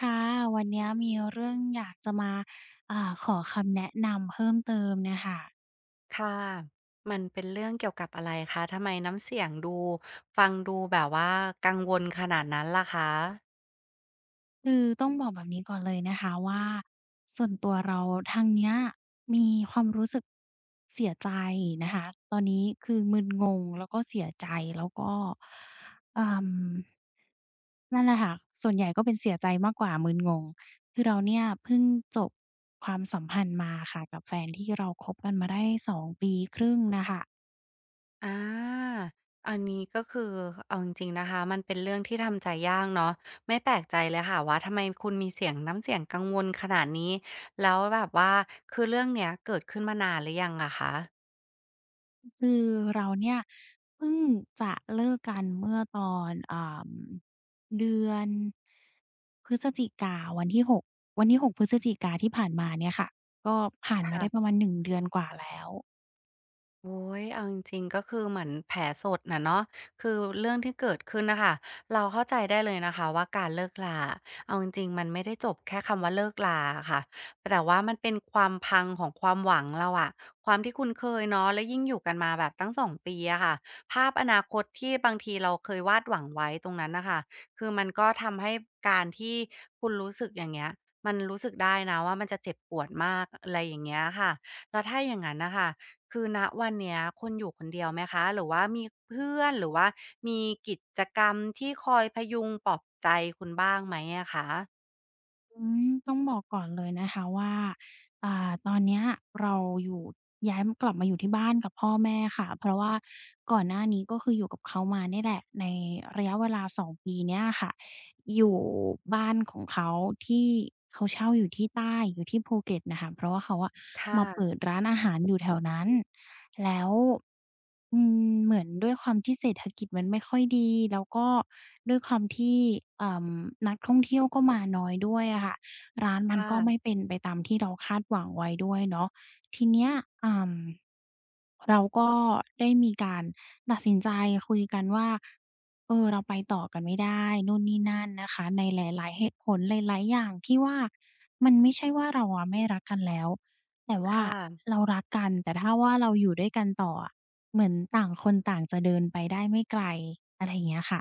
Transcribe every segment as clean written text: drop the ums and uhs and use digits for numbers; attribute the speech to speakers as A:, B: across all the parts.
A: ค่ะวันเนี้ยมีเรื่องอยากจะมาขอคำแนะนำเพิ่มเติมน่ะค่ะ
B: ค่ะมันเป็นเรื่องเกี่ยวกับอะไรคะทำไมน้ำเสียงดูฟังดูแบบว่ากังวลขนาดนั้นล่ะคะ
A: คือต้องบอกแบบนี้ก่อนเลยนะคะว่าส่วนตัวเราทางเนี้ยมีความรู้สึกเสียใจนะคะตอนนี้คือมึนงงแล้วก็เสียใจแล้วก็เออนั่นแหละค่ะส่วนใหญ่ก็เป็นเสียใจมากกว่ามึนงงคือเราเนี่ยเพิ่งจบความสัมพันธ์มาค่ะกับแฟนที่เราคบกันมาได้2 ปีครึ่งน่ะค่ะ
B: อาอันนี้ก็คือเอาจริงๆนะคะมันเป็นเรื่องที่ทำใจยากเนาะไม่แปลกใจเลยค่ะว่าทำไมคุณมีเสียงน้ำเสียงกังวลขนาดนี้แล้วแบบว่าคือเรื่องเนี้ยเกิดขึ้นมานานหรือยังอะคะ
A: คือเราเนี่ยเพิ่งจะเลิกกันเมื่อตอนเดือนพฤศจิกาวันที่6วันที่6พฤศจิกาที่ผ่านมาเนี่ยค่ะก็ผ่านมาได้ประ
B: ค่ะ
A: มาณ1 เดือนกว่าแล้ว
B: โอ้ยเอาจริงๆก็คือเหมือนแผลสดน่ะเนาะคือเรื่องที่เกิดขึ้นน่ะค่ะเราเข้าใจได้เลยนะคะว่าการเลิกราเอาจริงๆมันไม่ได้จบแค่คำว่าเลิกราอะค่ะแต่ว่ามันเป็นความพังของความหวังเราอะความที่คุ้นเคยเนาะแล้วยิ่งอยู่กันมาแบบตั้งสองปีอะค่ะภาพอนาคตที่บางทีเราเคยวาดหวังไว้ตรงนั้นน่ะค่ะคือมันก็ทำให้การที่คุณรู้สึกอย่างเงี้ยมันรู้สึกได้นะว่ามันจะเจ็บปวดมากอะไรอย่างเงี้ยค่ะแล้วถ้าอย่างงั้นน่ะค่ะ คือณวันเนี้ยคุณอยู่คนเดียวไหมคะหรือว่ามีเพื่อนหรือว่ามีกิจกรรมที่คอยพยุงปลอบใจคุณบ้างไหมอะคะ
A: ต้องบอกก่อนเลยนะคะว่าตอนเนี้ยเราอยู่ย้ายกลับมาอยู่ที่บ้านกับพ่อแม่ค่ะเพราะว่าก่อนหน้านี้ก็คืออยู่กับเขามาเนี่ยแหละในระยะเวลาสองปีเนี่ยค่ะ อยู่บ้านของเขาที่เขาเช่าอยู่ที่ใต้อยู่ที่ภูเก็ตน่ะค่ะเพราะว่าเขาอะ
B: ค
A: มาเปิ
B: ่ะ
A: ดร้านอาหารอยู่แถวนั้นแล้วอืมเหมือนด้วยความที่เศรษฐกิจมันไม่ค่อยดีแล้วก็ด้วยความที่เอ่อนักท่องเที่ยวก็มาน้อยด้วยอะค่ะร้านมัน
B: ค่ะ
A: ก็ไม่เป็นไปตามที่เราคาดหวังไว้ด้วยเนาะทีเนี้ยอ่าเราก็ได้มีการตัดสินใจคุยกันว่า เออเราไปต่อกันไม่ได้นู่นนี่นั่นนะคะในหลายๆเหตุผลหลายๆอย่างที่ว่ามันไม่ใช่ว่าเราอะไม่รักกันแล้วแต่ว่า
B: ค่ะ
A: เรารักกันแต่ถ้าว่าเราอยู่ด้วยกันต่ออะเหมือนต่างคนต่างจะเดินไปได้ไม่ไกลอะไรอย่างเงี้ยค่ะ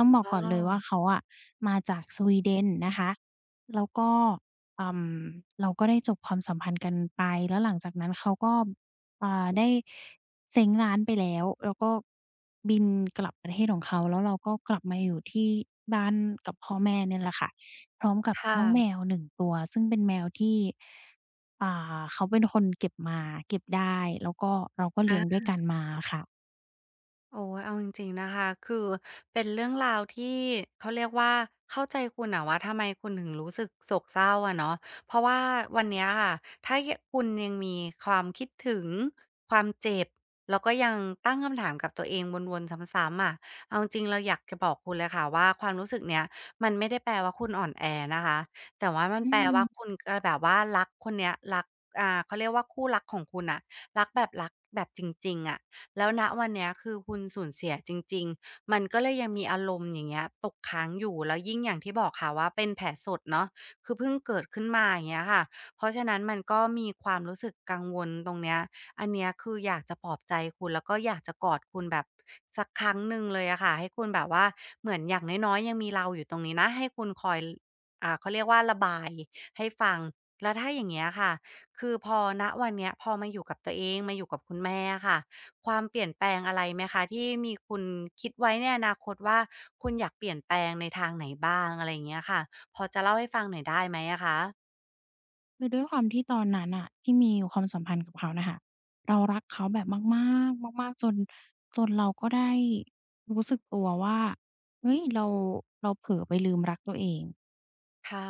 A: ต้องบอก
B: อ๋อ
A: ก่อนเลยว่าเขาอะมาจากสวีเดนนะคะแล้วก็อืมเราก็ได้จบความสัมพันธ์กันไปแล้วหลังจากนั้นเขาก็ได้ เซ้งร้านไปแล้วแล้วก็บินกลับประเทศของเขาแล้วเราก็กลับมาอยู่ที่บ้านกับพ่อแม่เนี่ยแหละค่ะพร้อมกับ
B: ค่ะ
A: น้องแมว1 ตัวซึ่งเป็นแมวที่อ่าเขาเป็นคนเก็บมาเก็บได้แล้วก็เราก็เลี้ยงด้วย
B: อา
A: กันมาอะค่ะ
B: โอ้ยเอาจริงๆนะคะคือเป็นเรื่องราวที่เขาเรียกว่าเข้าใจคุณนะว่าทำไมคุณถึงรู้สึกโศกเศร้าอะเนาะเพราะว่าวันเนี้ยค่ะถ้าคุณยังมีความคิดถึงความเจ็บแล้วก็ยังตั้งคำถามกับตัวเองวนๆซ้ำๆอะเอาจริงๆเราอยากจะบอกคุณเลยค่ะว่าความรู้สึกเนี้ยมันไม่ได้แปลว่าคุณอ่อนแอนะคะแต่ว่ามัน
A: อื
B: แปลว่าคุ
A: ม
B: ณก็แบบว่ารักคนเนี้ยรักเขาเรียกว่าคู่รักของคุณนะรักแบบรักแบบจริงๆอะ แล้วณวันเนี้ยคือคุณสูญเสียจริงๆมันก็เลยยังมีอารมณ์อย่างเงี้ยตกค้างอยู่แล้วยิ่งอย่างที่บอกค่ะว่าเป็นแผลสดเนาะคือเพิ่งเกิดขึ้นมาอย่างเงี้ยค่ะเพราะฉะนั้นมันก็มีความรู้สึกกังวลตรงเนี้ยอันเนี้ยคืออยากจะปลอบใจคุณแล้วก็อยากจะกอดคุณแบบสักครั้งหนึ่งเลยอะค่ะให้คุณแบบว่าเหมือนอย่างน้อยๆยังมีเราอยู่ตรงนี้นะให้คุณคอยเขาเรียกว่าระบายให้ฟังแล้วถ้าอย่างเงี้ยค่ะคือพอณวันเนี้ยพอมาอยู่กับตัวเองมาอยู่กับคุณแม่อะค่ะ ความเปลี่ยนแปลงอะไรไหมคะที่มีคุณคิดไว้ในอนาคตว่าคุณอยากเปลี่ยนแปลงในทางไหนบ้างอะไรอย่างเงี้ยค่ะพอจะเล่าให้ฟังหน่อยได้ไหมอะคะ
A: คือด้วยความที่ตอนนั้นน่ะที่มีความสัมพันธ์กับเขาน่ะค่ะเรารักเขาแบบมากๆมากๆจนเราก็ได้รู้สึกตัวว่าเฮ้ยเราเผลอไปลืมรักตัวเอง
B: ค่ะ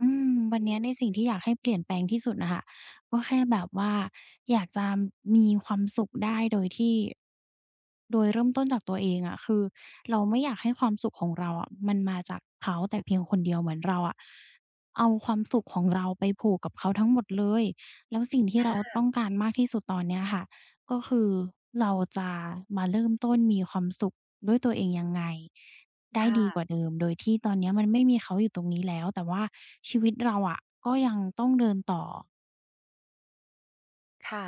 A: วันเนี้ยในสิ่งที่อยากให้เปลี่ยนแปลงที่สุดน่ะค่ะก็แค่แบบว่าอยากจะมีความสุขได้โดยเริ่มต้นจากตัวเองอะคือเราไม่อยากให้ความสุขของเราอะมันมาจากเขาแต่เพียงคนเดียวเหมือนเราอะเอาความสุขของเราไปผูกกับเขาทั้งหมดเลยแล้วสิ่งที่เราต้องการมากที่สุดตอนเนี้ยค่ะก็คือเราจะมาเริ่มต้นมีความสุขด้วยตัวเองยังไง ได้
B: ค่ะ
A: ดีกว่าเดิมโดยที่ตอนเนี้ยมันไม่มีเขาอยู่ตรงนี้แล้วแต่ว่าชีวิตเราอะก็ยังต้องเดินต่อ
B: ค่ะ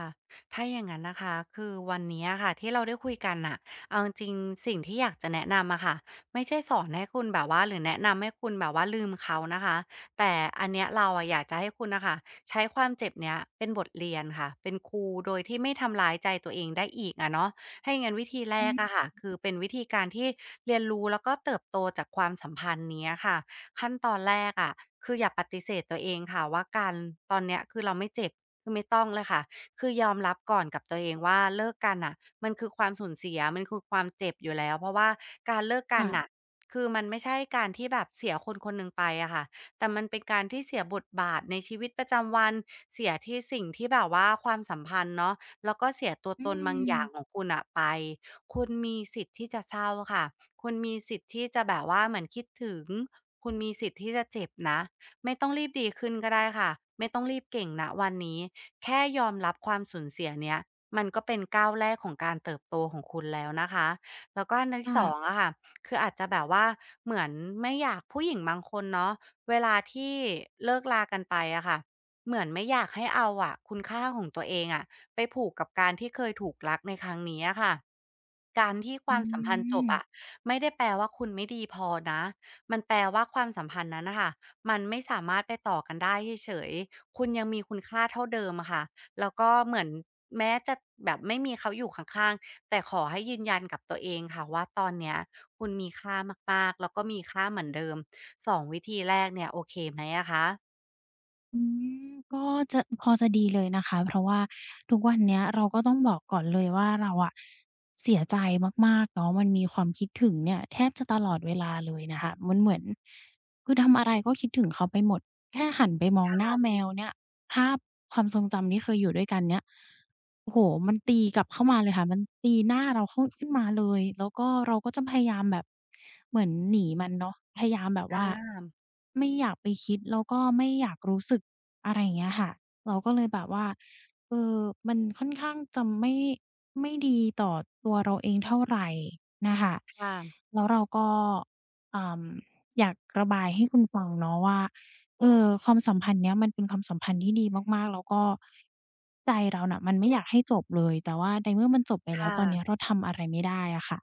B: ถ้าอย่างนั้นนะคะคือวันนี้ค่ะที่เราได้คุยกันน่ะเอาจริงๆสิ่งที่อยากจะแนะนำอะค่ะ ไม่ใช่สอนให้คุณแบบว่าหรือแนะนำให้คุณแบบว่าลืมเขานะคะแต่อันเนี้ยเราอะอยากจะให้คุณนะคะใช้ความเจ็บเนี้ยเป็นบทเรียนค่ะเป็นครูโดยที่ไม่ทำร้ายใจตัวเองได้อีกอะเนาะถ้าย่งงั้นวิธีแร
A: อื
B: ก
A: ม
B: อะค่ะคือเป็นวิธีการที่เรียนรู้แล้วก็เติบโตจากความสัมพันธ์เนี้ยค่ะขั้นตอนแรกอะคืออย่าปฏิเสธตัวเองค่ะว่าการตอนเนี้ยคือเราไม่เจ็บคือไม่ต้องเลยค่ะ คือยอมรับก่อนกับตัวเองว่าเลิกกันน่ะมันคือความสูญเสียมันคือความเจ็บอยู่แล้วเพราะว่าการเลิกกันน่ะ
A: ค่ะ
B: คือมันไม่ใช่การที่แบบเสียคนคนหนึ่งไปอะค่ะแต่มันเป็นการที่เสียบทบาทในชีวิตประจำวันเสียที่สิ่งที่แบบว่าความสัมพันธ์เนาะแล้วก็เสียตัว
A: อื
B: ตนบางอ
A: ม
B: ย่างของคุณอะไปคุณมีสิทธิ์ที่จะเศร้าค่ะคุณมีสิทธิ์ที่จะแบบว่าเหมือนคิดถึงคุณมีสิทธิ์ที่จะเจ็บนะ ไม่ต้องรีบดีขึ้นก็ได้ค่ะไม่ต้องรีบเก่งณวันนี้แค่ยอมรับความสูญเสียเนี้ยมันก็เป็นก้าวแรกของการเติบโตของคุณแล้วนะคะแล้วก็อันที่สอง
A: ค่ะ
B: อะค่ะคืออาจจะแบบว่าเหมือนไม่อยากผู้หญิงบางคนเนาะเวลาที่เลิกลากันไปอะค่ะเหมือนไม่อยากให้เอาอะคุณค่าของตัวเองอะไปผูกกับการที่เคยถูกรักในครั้งนี้อะค่ะการที่ค
A: อื
B: วามสัมพันธ์จบอะ
A: ม
B: ไม่ได้แปลว่าคุณไม่ดีพอนะมันแปลว่าความสัมพันธ์นั้นนะคะ มันไม่สามารถไปต่อกันได้เฉยๆคุณยังมีคุณค่าเท่าเดิมอะค่ะแล้วก็เหมือนแม้จะแบบไม่มีเขาอยู่ข้างๆ แต่ขอให้ยืนยันกับตัวเองค่ะว่าตอนเนี้ยคุณมีค่ามากๆแล้วก็มีค่าเหมือนเดิม สองวิธีแรกเนี่ยโอเคไหมอะคะ
A: อืมก็จะพอจะดีเลยนะคะเพราะว่าทุกวันเนี้ยเราก็ต้องบอกก่อนเลยว่าเราอะเสียใจมากๆเนาะมันมีความคิดถึงเนี่ยแทบจะตลอดเวลาเลยนะคะมันเหมือนคือทำอะไรก็คิดถึงเขาไปหมดแค่หันไปมองหน้าแมวเนี่ย ภาพความทรงจำที่เคยอยู่ด้วยกันเนี่ยโอ้โฮมันตีกลับเข้ามาเลยค่ะ มันตีหน้าเราเข้าขึ้นมาเลยแล้วก็เราก็จะพยายามแบบเหมือนหนีมันเนาะพยายามแบบว่า
B: อา
A: ไม่อยากไปคิดแล้วก็ไม่อยากรู้สึกอะไรอย่างเงี้ยค่ะเราก็เลยแบบว่าเออมันค่อนข้างจะไม่ดีต่อตัวเราเองเท่าไรนะคะ
B: ค่ะ
A: แล้วเราก็อ่าอยากระบายให้คุณฟังเนาะว่า เออความสัมพันธ์เนี้ยมันเป็นความสัมพันธ์ที่ดีมากๆแล้วก็ใจเราน่ะมันไม่อยากให้จบเลยแต่ว่าในเมื่อมันจบไป
B: ค
A: แล้วตอนเนี้ย
B: ่ะ
A: เราทำอะไรไม่ได้อะค่ะ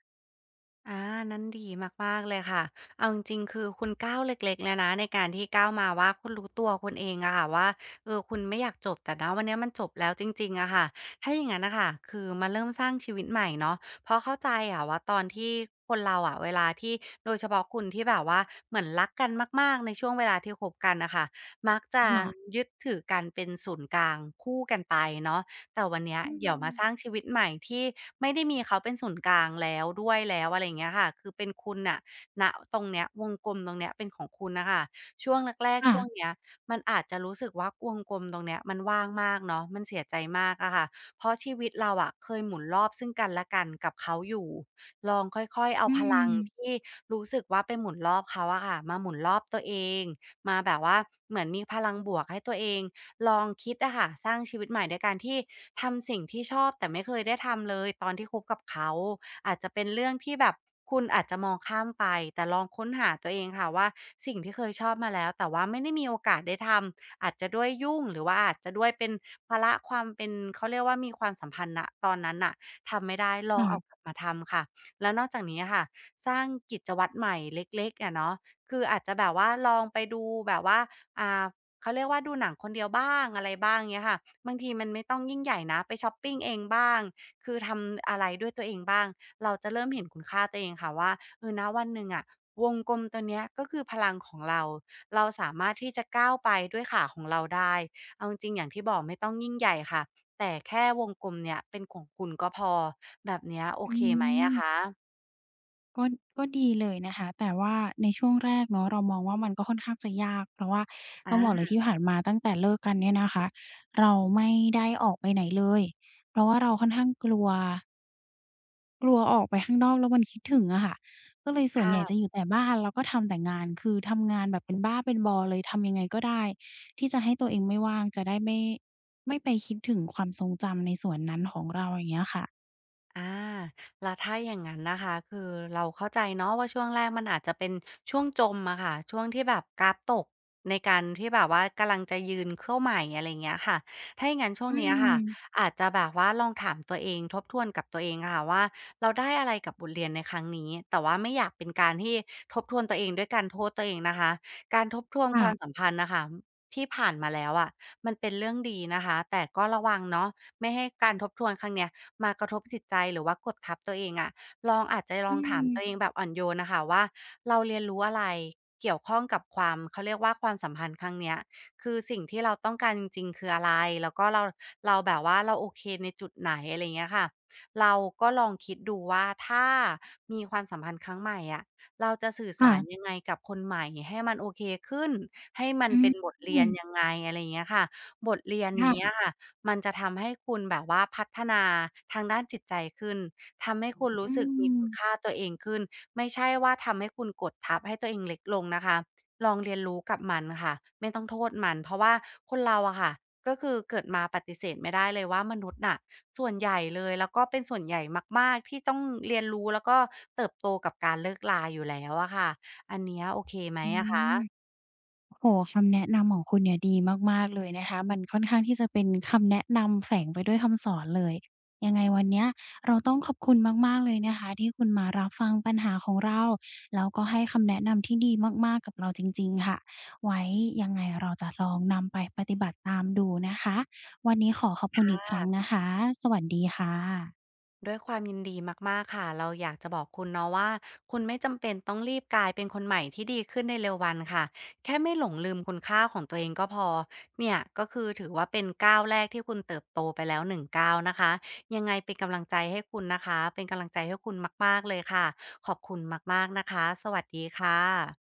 B: อ่านั้นดีมากๆเลยค่ะเอาจริงๆคือคุณก้าวเล็กๆแล้วนะในการที่ก้าวมาว่าคุณรู้ตัวคุณเองอะค่ะว่าเออคุณไม่อยากจบแต่ณวันเนี้ยมันจบแล้วจริงๆอะค่ะถ้าอย่างงั้นน่ะค่ะคือมาเริ่มสร้างชีวิตใหม่เนาะเพราะเข้าใจอะว่าตอนที่คนเราอะเวลาที่โดยเฉพาะคุณที่แบบว่าเหมือนรักกันมากๆในช่วงเวลาที่คบกันน่ะค่ะมักจะ
A: ค่ะ
B: ยึดถือกันเป็นศูนย์กลางคู่กันไปเนาะ แต่วันเนี้ย
A: อื
B: เดี๋ยว
A: ม
B: มาสร้างชีวิตใหม่ที่ไม่ได้มีเขาเป็นศูนย์กลางแล้วด้วยแล้วอะไรอย่างเงี้ยค่ะคือเป็นคุณน่ะณตรงเนี้ยวงกลมตรงเนี้ยเป็นของคุณน่ะค่ะช่วงแรกๆ
A: ค่ะ
B: ช่วงเนี้ยมันอาจจะรู้สึกว่าวงกลมตรงเนี้ยมันว่างมากเนาะมันเสียใจมากอะค่ะเพราะชีวิตเราอะเคยหมุนรอบซึ่งกันและกันกับเขาอยู่ลองค่อยๆเอา
A: อื
B: พลั
A: ม
B: งที่รู้สึกว่าไปหมุนรอบเขาอะค่ะมาหมุนรอบตัวเองมาแบบว่าเหมือนมีพลังบวกให้ตัวเอง ลองคิดอะค่ะสร้างชีวิตใหม่ด้วยการที่ทำสิ่งที่ชอบแต่ไม่เคยได้ทำเลยตอนที่คบกับเขาอาจจะเป็นเรื่องที่แบบคุณอาจจะมองข้ามไปแต่ลองค้นหาตัวเองค่ะว่าสิ่งที่เคยชอบมาแล้วแต่ว่าไม่ได้มีโอกาสได้ทำอาจจะด้วยยุ่งหรือว่าอาจจะด้วยเป็นภาระความเป็นเขาเรียกว่ามีความสัมพันธ์ณตอนนั้นน่ะทำไม่ได้ลอง
A: ค่ะ
B: เอากลับมาทำค่ะแล้วนอกจากนี้อะค่ะสร้างกิจวัตรใหม่เล็กๆอะเนาะคืออาจจะแบบว่าลองไปดูแบบว่าอ่า เขาเรียกว่าดูหนังคนเดียวบ้างอะไรบ้างเงี้ยค่ะบางทีมันไม่ต้องยิ่งใหญ่นะไปช็อปปิงเองบ้างคือทำอะไรด้วยตัวเองบ้างเราจะเริ่มเห็นคุณค่าตัวเองค่ะว่าเออณวันหนึ่งอะวงกลมตัวเนี้ยก็คือพลังของเราเราสามารถที่จะก้าวไปด้วยขาของเราได้เอาจริงๆอย่างที่บอกไม่ต้องยิ่งใหญ่ค่ะแต่แค่วงกลมเนี้ยเป็นของคุณก็พอแบบเนี้ยโอ
A: อื
B: เคอืมไหมอะค
A: ม
B: ะ
A: ก็ก็ดีเลยนะคะแต่ว่าในช่วงแรกเนาะเรามองว่ามันก็ค่อนข้างจะยากเพราะว่าต้
B: อา
A: องบอกเลยที่ผ่านมาตั้งแต่เลิกกันเนี่ยนะคะเราไม่ได้ออกไปไหนเลยเพราะว่าเราค่อนข้างกลัว กลัวออกไปข้างนอกแล้วมันคิดถึงอะค่ะก็เลยส่วนใหญ่จะอ
B: ค่ะ
A: ยู่แต่บ้านแล้วก็ทำแต่งาน คือทำงานแบบเป็นบ้าเป็นบอเลยทำยังไงก็ได้ที่จะให้ตัวเองไม่ว่างจะได้ไม่ไปคิดถึงความทรงจำในส่วนนั้นของเราอย่างเงี้ยค่ะ
B: อาแล้วถ้าอย่างนั้นนะคะคือเราเข้าใจเนาะว่าช่วงแรกมันอาจจะเป็นช่วงจมอะค่ะช่วงที่แบบกราฟตกในการที่แบบว่ากำลังจะยืนเข้าใหม่อะไรเงี้ยค่ะถ้าอย่างนั้นช่ว
A: อื
B: งเนี้ยค่ะ
A: ม
B: อาจจะแบบว่าลองถามตัวเองทบทวนกับตัวเองอะค่ะว่าเราได้อะไรกับบทเรียนในครั้งนี้แต่ว่าไม่อยากเป็นการที่ทบทวนตัวเองด้วยการโทษตัวเองนะคะ การทบทวนความสั
A: ค่ะ
B: มพันธ์นะคะที่ผ่านมาแล้วอะมันเป็นเรื่องดีนะคะ แต่ก็ระวังเนาะไม่ให้การทบทวนครั้งเนี้ย มากระทบจิตใจหรือว่ากดทับตัวเองอะลองอาจจะล
A: อื
B: อง
A: ม
B: ถามตัวเองแบบอ่อนโยนน่ะค่ะว่าเราเรียนรู้อะไรเกี่ยวข้องกับความเขาเรียกว่าความสัมพันธ์ครั้งเนี้ยคือสิ่งที่เราต้องการจริงๆคืออะไรแล้วก็เราแบบว่าเราโอเคในจุดไหนอะไรอย่างเงี้ยค่ะเราก็ลองคิดดูว่าถ้ามีความสัมพันธ์ครั้งใหม่อะเราจะสื่อ
A: ค่ะ
B: สารยังไงกับคนใหม่ให้มันโอเคขึ้นให้มัน
A: อื
B: เป็นบ
A: ม
B: ทเรียนยังไงอะไรอย่างเงี้ยค่ะบทเรียนนี้
A: ค่ะ
B: อะค่ะ มันจะทำให้คุณแบบว่าพัฒนาทางด้านจิตใจขึ้นทำให้คุณรู้
A: อื
B: สึกมมีคุณค่า
A: ม
B: ตัวเองขึ้นไม่ใช่ว่าทำให้คุณกดทับให้ตัวเองเล็กลงนะคะลองเรียนรู้กับมันค่ะไม่ต้องโทษมันเพราะว่าคนเราอะค่ะก็คือเกิดมาปฏิเสธไม่ได้เลยว่ามนุษย์น่ะส่วนใหญ่เลยแล้วก็เป็นส่วนใหญ่มากๆที่ต้องเรียนรู้แล้วก็เติบโตกับการเลิกลาอยู่แล้วอะค่ะอันเนี้ยโอเคไหม
A: อื
B: อะ
A: ม
B: คะ
A: โอ้โฮคำแนะนำของคุณเนี่ยดีมากๆเลยนะคะมันค่อนข้างที่จะเป็นคำแนะนำแฝงไปด้วยคำสอนเลยยังไงวันเนี้ยเราต้องขอบคุณมากๆเลยนะคะที่คุณมารับฟังปัญหาของเราแล้วก็ให้คำแนะนำที่ดีมากๆกับเราจริงๆค่ะไว้ยังไงเราจะลองนำไปปฏิบัติตามดูนะคะวันนี้ขอขอบคุณอีกครั้งนะคะสวัสดีค่ะ
B: ด้วยความยินดีมากๆค่ะ เราอยากจะบอกคุณเนาะว่าคุณไม่จำเป็นต้องรีบกลายเป็นคนใหม่ที่ดีขึ้นในเร็ววันค่ะแค่ไม่หลงลืมคุณค่าของตัวเองก็พอเนี่ยก็คือถือว่าเป็นก้าวแรกที่คุณเติบโตไปแล้วหนึ่งก้าวนะคะยังไงเป็นกำลังใจให้คุณนะคะเป็นกำลังใจให้คุณมากๆเลยค่ะขอบคุณมากๆนะคะสวัสดีค่ะ